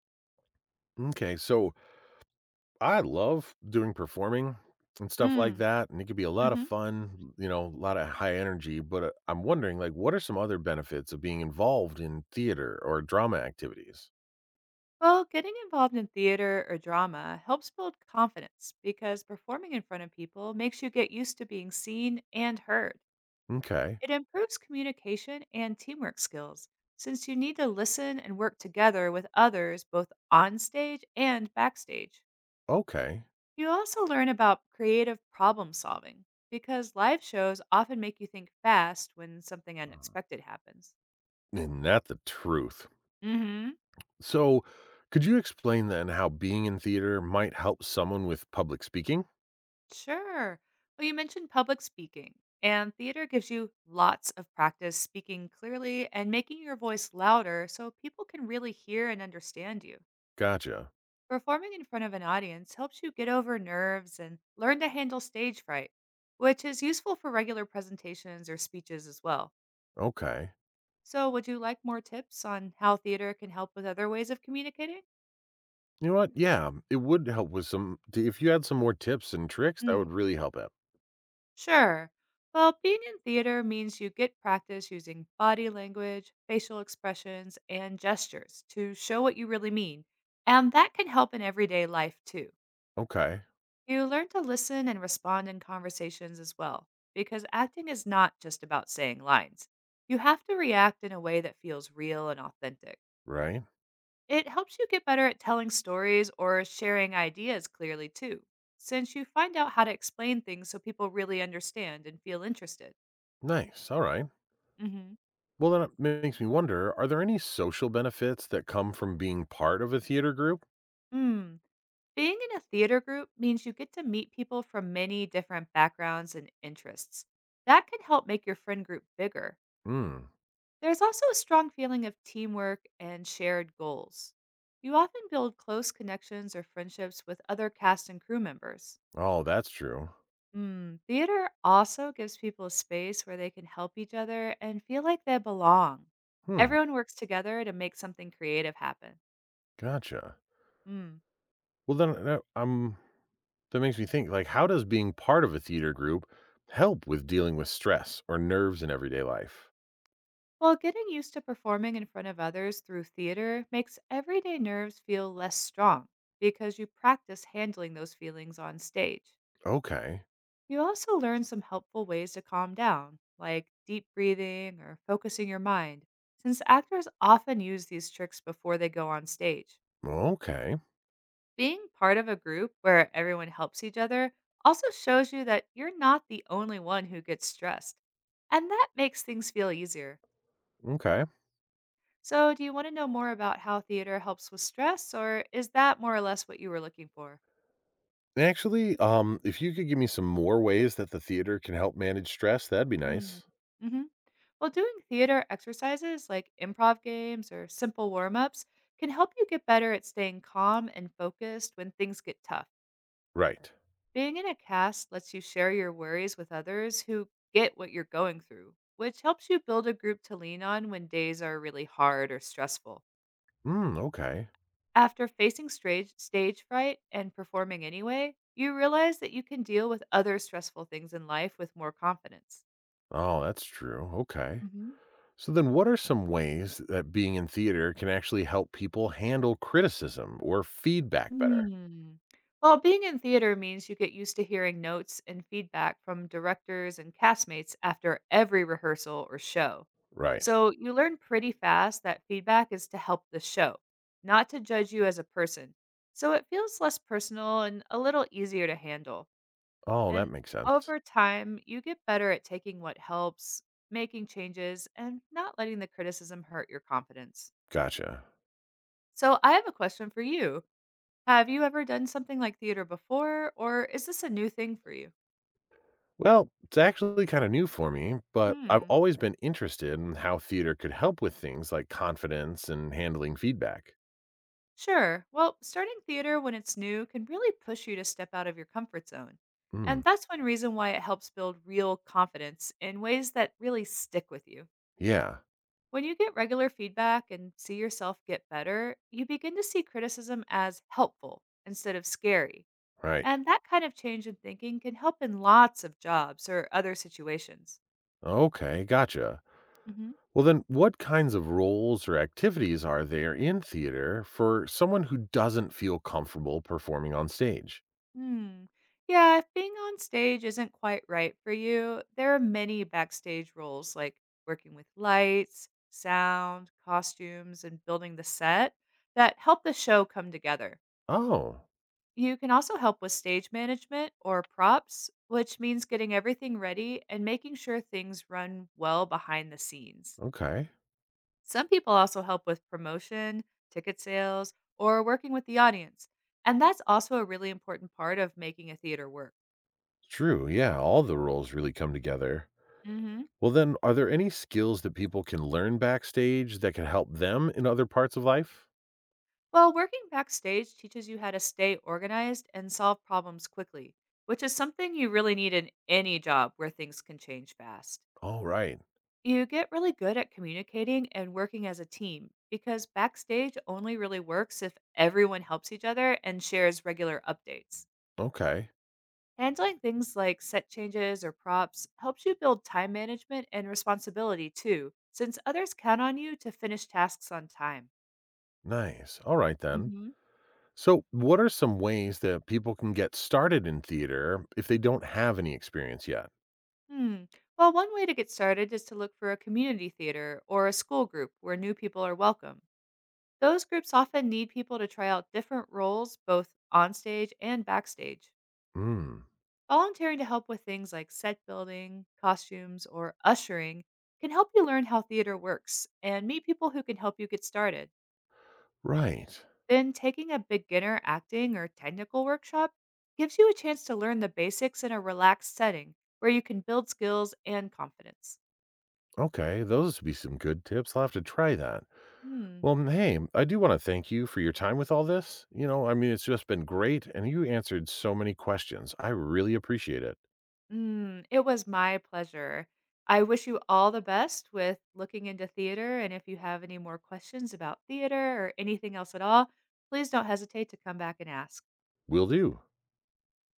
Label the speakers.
Speaker 1: Okay, so I love doing performing and stuff like
Speaker 2: Mm,
Speaker 1: that, and it could be a lot of
Speaker 2: mhm.
Speaker 1: fun, a lot of high energy, but, I'm wondering, like, what are some other benefits of being involved in theater or drama activities?
Speaker 2: Well, getting involved in theater or drama helps build confidence because performing in front of people makes you get used to being seen and heard.
Speaker 1: Okay,
Speaker 2: It improves communication and teamwork skills since you need to listen and work together with others both on stage and backstage.
Speaker 1: okay,
Speaker 2: You also learn about creative problem solving because live shows often make you think fast when something unexpected happens.
Speaker 1: isn't that the truth?
Speaker 2: Mhm.
Speaker 1: So, could you explain then how being in theater might help someone with public speaking?
Speaker 2: Sure. Well, you mentioned public speaking, and theater gives you lots of practice speaking clearly and making your voice louder so people can really hear and understand you.
Speaker 1: Gotcha,
Speaker 2: Performing in front of an audience helps you get over nerves and learn to handle stage fright, which is useful for regular presentations or speeches as well.
Speaker 1: okay.
Speaker 2: So, would you like more tips on how theater can help with other ways of communicating?
Speaker 1: You know what? Yeah, it would help with some if you had some more tips and tricks, that would really help out.
Speaker 2: Sure. Well, being in theater means you get practice using body language, facial expressions, and gestures to show what you really mean. And that can help in everyday life too.
Speaker 1: Okay,
Speaker 2: You learn to listen and respond in conversations as well, because acting is not just about saying lines. You have to react in a way that feels real and authentic.
Speaker 1: right.
Speaker 2: It helps you get better at telling stories or sharing ideas clearly too, since you find out how to explain things so people really understand and feel interested.
Speaker 1: Nice. All right.
Speaker 2: Mhm.
Speaker 1: Well, that makes me wonder, are there any social benefits that come from being part of a theater group?
Speaker 2: Mm. Being in a theater group means you get to meet people from many different backgrounds and interests. That can help make your friend group bigger.
Speaker 1: Hmm.
Speaker 2: There's also a strong feeling of teamwork and shared goals. You often build close connections or friendships with other cast and crew members.
Speaker 1: Oh, that's true.
Speaker 2: Mm. Theater also gives people a space where they can help each other and feel like they belong.
Speaker 1: Hmm.
Speaker 2: Everyone works together to make something creative happen.
Speaker 1: Gotcha.
Speaker 2: Mm.
Speaker 1: Well, then that makes me think, like, how does being part of a theater group help with dealing with stress or nerves in everyday life?
Speaker 2: While getting used to performing in front of others through theater makes everyday nerves feel less strong because you practice handling those feelings on stage.
Speaker 1: Okay.
Speaker 2: You also learn some helpful ways to calm down, like deep breathing or focusing your mind, since actors often use these tricks before they go on stage.
Speaker 1: Okay.
Speaker 2: Being part of a group where everyone helps each other also shows you that you're not the only one who gets stressed, and that makes things feel easier.
Speaker 1: Okay.
Speaker 2: So, do you want to know more about how theater helps with stress, or is that more or less what you were looking for?
Speaker 1: Actually, if you could give me some more ways that the theater can help manage stress, that'd be
Speaker 2: Mm.
Speaker 1: nice.
Speaker 2: Hmm. Well, doing theater exercises like improv games or simple warm ups can help you get better at staying calm and focused when things get tough.
Speaker 1: Right.
Speaker 2: Being in a cast lets you share your worries with others who get what you're going through, which helps you build a group to lean on when days are really hard or stressful.
Speaker 1: Hmm. Okay.
Speaker 2: After facing stage fright and performing anyway, you realize that you can deal with other stressful things in life with more confidence.
Speaker 1: Oh, that's true. Okay.
Speaker 2: Hmm.
Speaker 1: So then what are some ways that being in theater can actually help people handle criticism or feedback better?
Speaker 2: Hmm. Well, being in theater means you get used to hearing notes and feedback from directors and castmates after every rehearsal or show.
Speaker 1: Right.
Speaker 2: So you learn pretty fast that feedback is to help the show, not to judge you as a person. So it feels less personal and a little easier to handle.
Speaker 1: Oh, that
Speaker 2: And
Speaker 1: makes sense.
Speaker 2: over time, you get better at taking what helps, making changes, and not letting the criticism hurt your confidence.
Speaker 1: Gotcha.
Speaker 2: So, I have a question for you. Have you ever done something like theater before, or is this a new thing for you?
Speaker 1: Well, it's actually kind of new for me, but I've
Speaker 2: Hmm.
Speaker 1: always been interested in how theater could help with things like confidence and handling feedback.
Speaker 2: Sure. Well, starting theater when it's new can really push you to step out of your comfort zone. And
Speaker 1: Mm,
Speaker 2: that's one reason why it helps build real confidence in ways that really stick with you.
Speaker 1: yeah,
Speaker 2: When you get regular feedback and see yourself get better, you begin to see criticism as helpful instead of scary.
Speaker 1: right.
Speaker 2: And that kind of change in thinking can help in lots of jobs or other situations.
Speaker 1: Okay, gotcha.
Speaker 2: Hmm.
Speaker 1: Well, then, what kinds of roles or activities are there in theater for someone who doesn't feel comfortable performing on stage?
Speaker 2: Hmm. Yeah, if being on stage isn't quite right for you, there are many backstage roles like working with lights, sound, costumes, and building the set that help the show come together.
Speaker 1: Oh,
Speaker 2: You can also help with stage management or props, which means getting everything ready and making sure things run well behind the scenes.
Speaker 1: okay.
Speaker 2: Some people also help with promotion, ticket sales, or working with the audience. And that's also a really important part of making a theater work.
Speaker 1: True. Yeah. All the roles really come together.
Speaker 2: Hmm.
Speaker 1: Well, then, are there any skills that people can learn backstage that can help them in other parts of life?
Speaker 2: Well, working backstage teaches you how to stay organized and solve problems quickly, which is something you really need in any job where things can change fast.
Speaker 1: All right.
Speaker 2: You get really good at communicating and working as a team because backstage only really works if everyone helps each other and shares regular updates.
Speaker 1: Okay.
Speaker 2: Handling things like set changes or props helps you build time management and responsibility too, since others count on you to finish tasks on time.
Speaker 1: Nice. All right, then.
Speaker 2: Hmm.
Speaker 1: So, what are some ways that people can get started in theater if they don't have any experience yet?
Speaker 2: Hmm. Well, one way to get started is to look for a community theater or a school group where new people are welcome. Those groups often need people to try out different roles both on stage and backstage.
Speaker 1: Hmm.
Speaker 2: Volunteering to help with things like set building, costumes, or ushering can help you learn how theater works and meet people who can help you get started.
Speaker 1: Right.
Speaker 2: Then, taking a beginner acting or technical workshop gives you a chance to learn the basics in a relaxed setting where you can build skills and confidence.
Speaker 1: Okay. Those would be some good tips. I'll have to try that.
Speaker 2: Mm,
Speaker 1: Well, hey, I do want to thank you for your time with all this. It's just been great, and you answered so many questions. I really appreciate it.
Speaker 2: mm, it was my pleasure. I wish you all the best with looking into theater. And if you have any more questions about theater or anything else at all, please don't hesitate to come back and ask.
Speaker 1: Will do.